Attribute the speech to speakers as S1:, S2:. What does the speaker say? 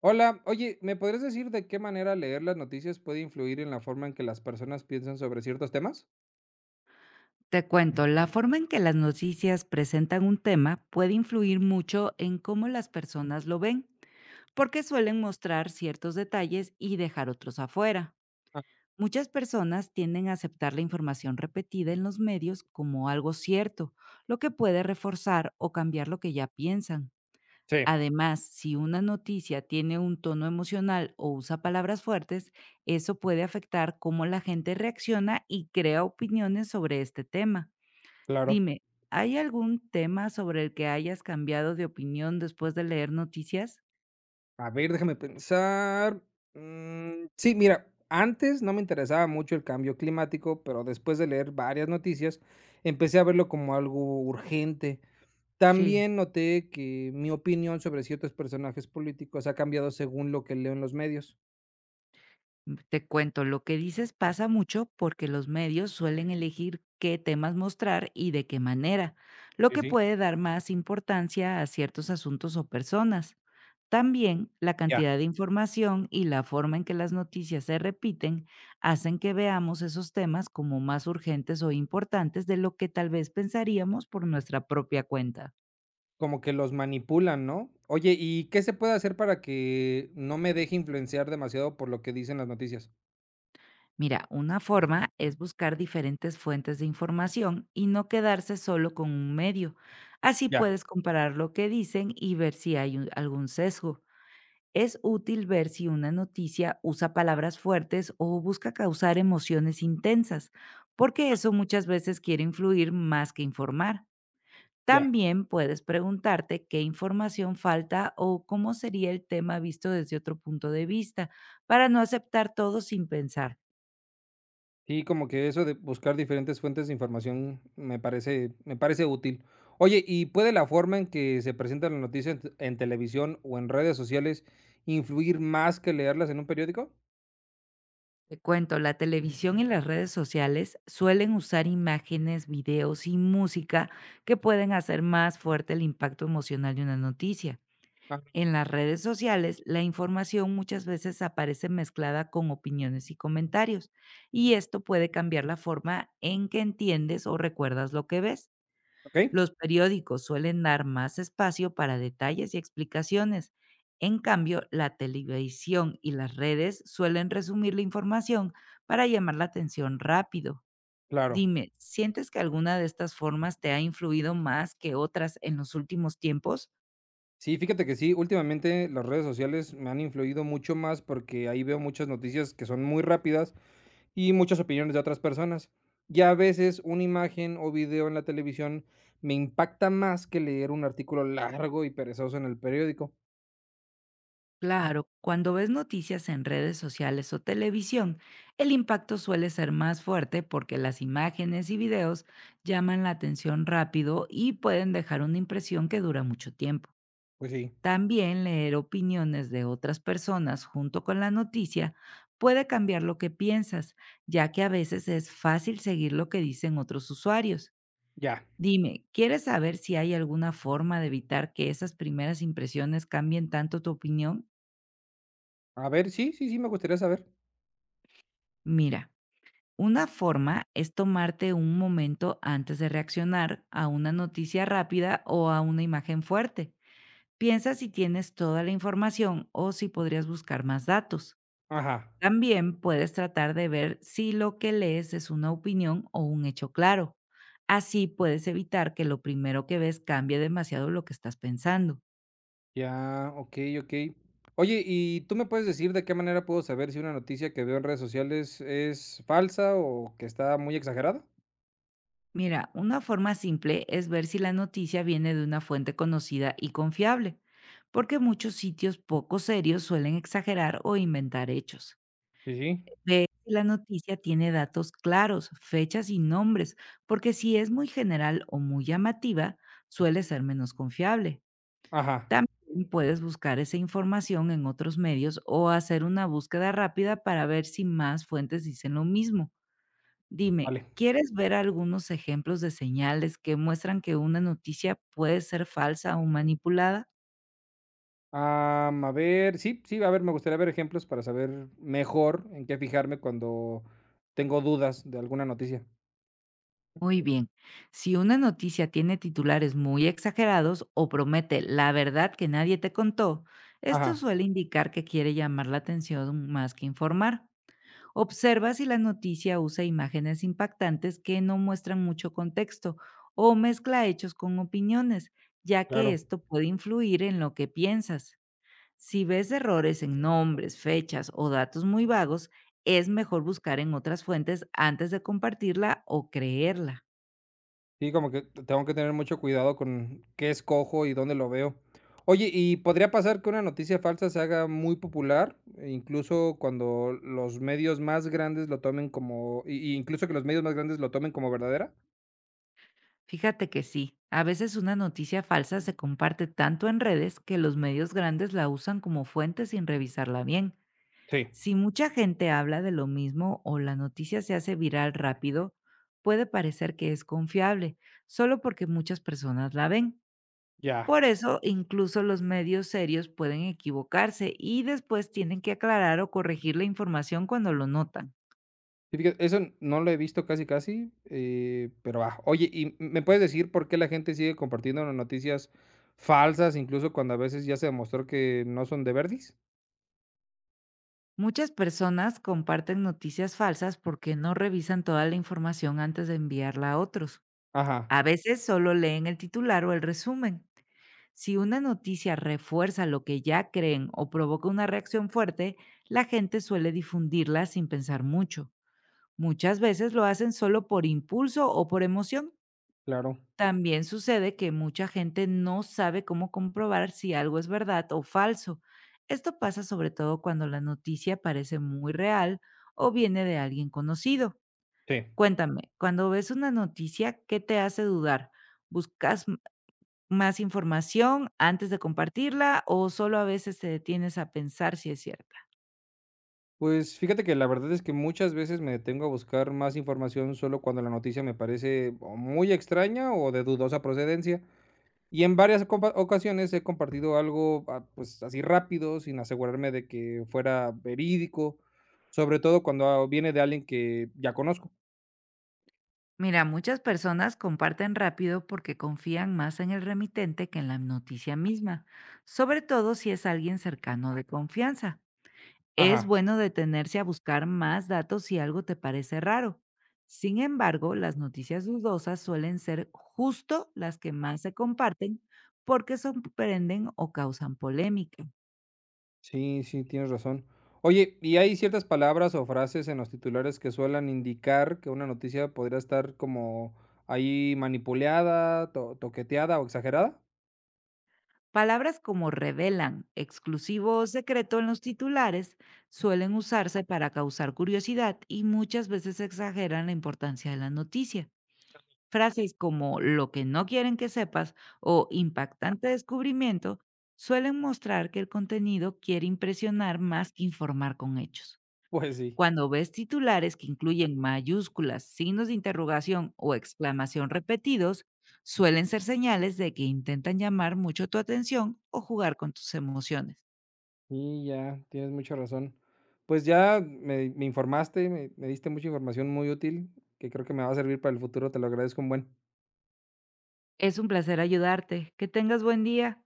S1: Hola, oye, ¿me podrías decir de qué manera leer las noticias puede influir en la forma en que las personas piensan sobre ciertos temas?
S2: Te cuento, la forma en que las noticias presentan un tema puede influir mucho en cómo las personas lo ven, porque suelen mostrar ciertos detalles y dejar otros afuera. Muchas personas tienden a aceptar la información repetida en los medios como algo cierto, lo que puede reforzar o cambiar lo que ya piensan.
S1: Sí,
S2: Además, si una noticia tiene un tono emocional o usa palabras fuertes, eso puede afectar cómo la gente reacciona y crea opiniones sobre este tema.
S1: claro.
S2: Dime, ¿hay algún tema sobre el que hayas cambiado de opinión después de leer noticias?
S1: A ver, déjame pensar. Sí, mira, antes no me interesaba mucho el cambio climático, pero después de leer varias noticias, empecé a verlo como algo urgente.
S2: Sí,
S1: También noté que mi opinión sobre ciertos personajes políticos ha cambiado según lo que leo en los medios.
S2: te cuento, lo que dices pasa mucho porque los medios suelen elegir qué temas mostrar y de qué manera, lo
S1: Sí,
S2: que
S1: sí.
S2: puede dar más importancia a ciertos asuntos o personas. También la
S1: Ya.
S2: cantidad de información y la forma en que las noticias se repiten hacen que veamos esos temas como más urgentes o importantes de lo que tal vez pensaríamos por nuestra propia cuenta.
S1: Como que los manipulan, ¿no? Oye, ¿y qué se puede hacer para que no me deje influenciar demasiado por lo que dicen las noticias?
S2: Mira, una forma es buscar diferentes fuentes de información y no quedarse solo con un medio. Así
S1: Ya,
S2: puedes comparar lo que dicen y ver si hay algún sesgo. Es útil ver si una noticia usa palabras fuertes o busca causar emociones intensas, porque eso muchas veces quiere influir más que informar.
S1: ya.
S2: También puedes preguntarte qué información falta o cómo sería el tema visto desde otro punto de vista, para no aceptar todo sin pensar.
S1: Sí, como que eso de buscar diferentes fuentes de información me parece útil. Oye, ¿y puede la forma en que se presentan las noticias en t en televisión o en redes sociales influir más que leerlas en un periódico?
S2: Te cuento, la televisión y las redes sociales suelen usar imágenes, videos y música que pueden hacer más fuerte el impacto emocional de una noticia.
S1: Ah,
S2: En las redes sociales, la información muchas veces aparece mezclada con opiniones y comentarios, y esto puede cambiar la forma en que entiendes o recuerdas lo que ves.
S1: ¿ok?
S2: Los periódicos suelen dar más espacio para detalles y explicaciones. En cambio, la televisión y las redes suelen resumir la información para llamar la atención rápido.
S1: Claro.
S2: Dime, ¿sientes que alguna de estas formas te ha influido más que otras en los últimos tiempos?
S1: Sí, fíjate que sí, últimamente las redes sociales me han influido mucho más porque ahí veo muchas noticias que son muy rápidas y muchas opiniones de otras personas. Y a veces una imagen o video en la televisión me impacta más que leer un artículo largo y perezoso en el periódico.
S2: Claro, cuando ves noticias en redes sociales o televisión, el impacto suele ser más fuerte porque las imágenes y videos llaman la atención rápido y pueden dejar una impresión que dura mucho tiempo.
S1: Pues sí,
S2: También leer opiniones de otras personas junto con la noticia puede cambiar lo que piensas, ya que a veces es fácil seguir lo que dicen otros usuarios.
S1: ya.
S2: Dime, ¿quieres saber si hay alguna forma de evitar que esas primeras impresiones cambien tanto tu opinión?
S1: A ver, sí, sí, sí, me gustaría saber.
S2: Mira, una forma es tomarte un momento antes de reaccionar a una noticia rápida o a una imagen fuerte. Piensa si tienes toda la información o si podrías buscar más datos.
S1: Ajá,
S2: También puedes tratar de ver si lo que lees es una opinión o un hecho claro. Así puedes evitar que lo primero que ves cambie demasiado lo que estás pensando.
S1: ya, ok, ok. Oye, ¿y tú me puedes decir de qué manera puedo saber si una noticia que veo en redes sociales es falsa o que está muy exagerada?
S2: Mira, una forma simple es ver si la noticia viene de una fuente conocida y confiable, porque muchos sitios poco serios suelen exagerar o inventar hechos.
S1: Sí, sí.
S2: Ve si la noticia tiene datos claros, fechas y nombres, porque si es muy general o muy llamativa, suele ser menos confiable.
S1: Ajá,
S2: También puedes buscar esa información en otros medios o hacer una búsqueda rápida para ver si más fuentes dicen lo mismo. Dime,
S1: vale.
S2: ¿quieres ver algunos ejemplos de señales que muestran que una noticia puede ser falsa o manipulada?
S1: A ver, sí, sí, a ver, me gustaría ver ejemplos para saber mejor en qué fijarme cuando tengo dudas de alguna noticia.
S2: Muy bien, si una noticia tiene titulares muy exagerados o promete la verdad que nadie te contó, esto
S1: Ajá,
S2: suele indicar que quiere llamar la atención más que informar. Observa si la noticia usa imágenes impactantes que no muestran mucho contexto o mezcla hechos con opiniones, ya que
S1: claro.
S2: esto puede influir en lo que piensas. Si ves errores en nombres, fechas o datos muy vagos, es mejor buscar en otras fuentes antes de compartirla o creerla.
S1: Sí, como que tengo que tener mucho cuidado con qué escojo y dónde lo veo. Oye, ¿y podría pasar que una noticia falsa se haga muy popular, e incluso cuando los medios más grandes lo tomen como, y incluso que los medios más grandes lo tomen como verdadera?
S2: Fíjate que sí, a veces una noticia falsa se comparte tanto en redes que los medios grandes la usan como fuente sin revisarla bien.
S1: Sí,
S2: Si mucha gente habla de lo mismo o la noticia se hace viral rápido, puede parecer que es confiable, solo porque muchas personas la ven.
S1: ya.
S2: Por eso, incluso los medios serios pueden equivocarse y después tienen que aclarar o corregir la información cuando lo notan.
S1: Sí, fíjate, eso no lo he visto casi casi, pero oye, ¿y me puedes decir por qué la gente sigue compartiendo las noticias falsas, incluso cuando a veces ya se demostró que no son de verdis?
S2: Muchas personas comparten noticias falsas porque no revisan toda la información antes de enviarla a otros.
S1: Ajá,
S2: A veces solo leen el titular o el resumen. Si una noticia refuerza lo que ya creen o provoca una reacción fuerte, la gente suele difundirla sin pensar mucho. Muchas veces lo hacen solo por impulso o por emoción.
S1: claro.
S2: También sucede que mucha gente no sabe cómo comprobar si algo es verdad o falso. Esto pasa sobre todo cuando la noticia parece muy real o viene de alguien conocido.
S1: Sí.
S2: Cuéntame, cuando ves una noticia, ¿qué te hace dudar? ¿Buscas más información antes de compartirla o solo a veces te detienes a pensar si es cierta?
S1: Pues fíjate que la verdad es que muchas veces me detengo a buscar más información solo cuando la noticia me parece o muy extraña o de dudosa procedencia. Y en varias ocasiones he compartido algo, pues así rápido, sin asegurarme de que fuera verídico, sobre todo cuando viene de alguien que ya conozco.
S2: Mira, muchas personas comparten rápido porque confían más en el remitente que en la noticia misma, sobre todo si es alguien cercano de confianza. Es
S1: Ajá,
S2: bueno detenerse a buscar más datos si algo te parece raro. Sin embargo, las noticias dudosas suelen ser justo las que más se comparten porque sorprenden o causan polémica.
S1: sí, sí, tienes razón. Oye, ¿y hay ciertas palabras o frases en los titulares que suelen indicar que una noticia podría estar como ahí manipulada, toqueteada o exagerada?
S2: Palabras como revelan, exclusivo o secreto en los titulares suelen usarse para causar curiosidad y muchas veces exageran la importancia de la noticia. Frases como lo que no quieren que sepas o impactante descubrimiento suelen mostrar que el contenido quiere impresionar más que informar con hechos.
S1: Pues sí.
S2: Cuando ves titulares que incluyen mayúsculas, signos de interrogación o exclamación repetidos, suelen ser señales de que intentan llamar mucho tu atención o jugar con tus emociones.
S1: Y ya, tienes mucha razón. Pues ya me informaste, me diste mucha información muy útil que creo que me va a servir para el futuro, te lo agradezco un buen.
S2: Es un placer ayudarte. Que tengas buen día.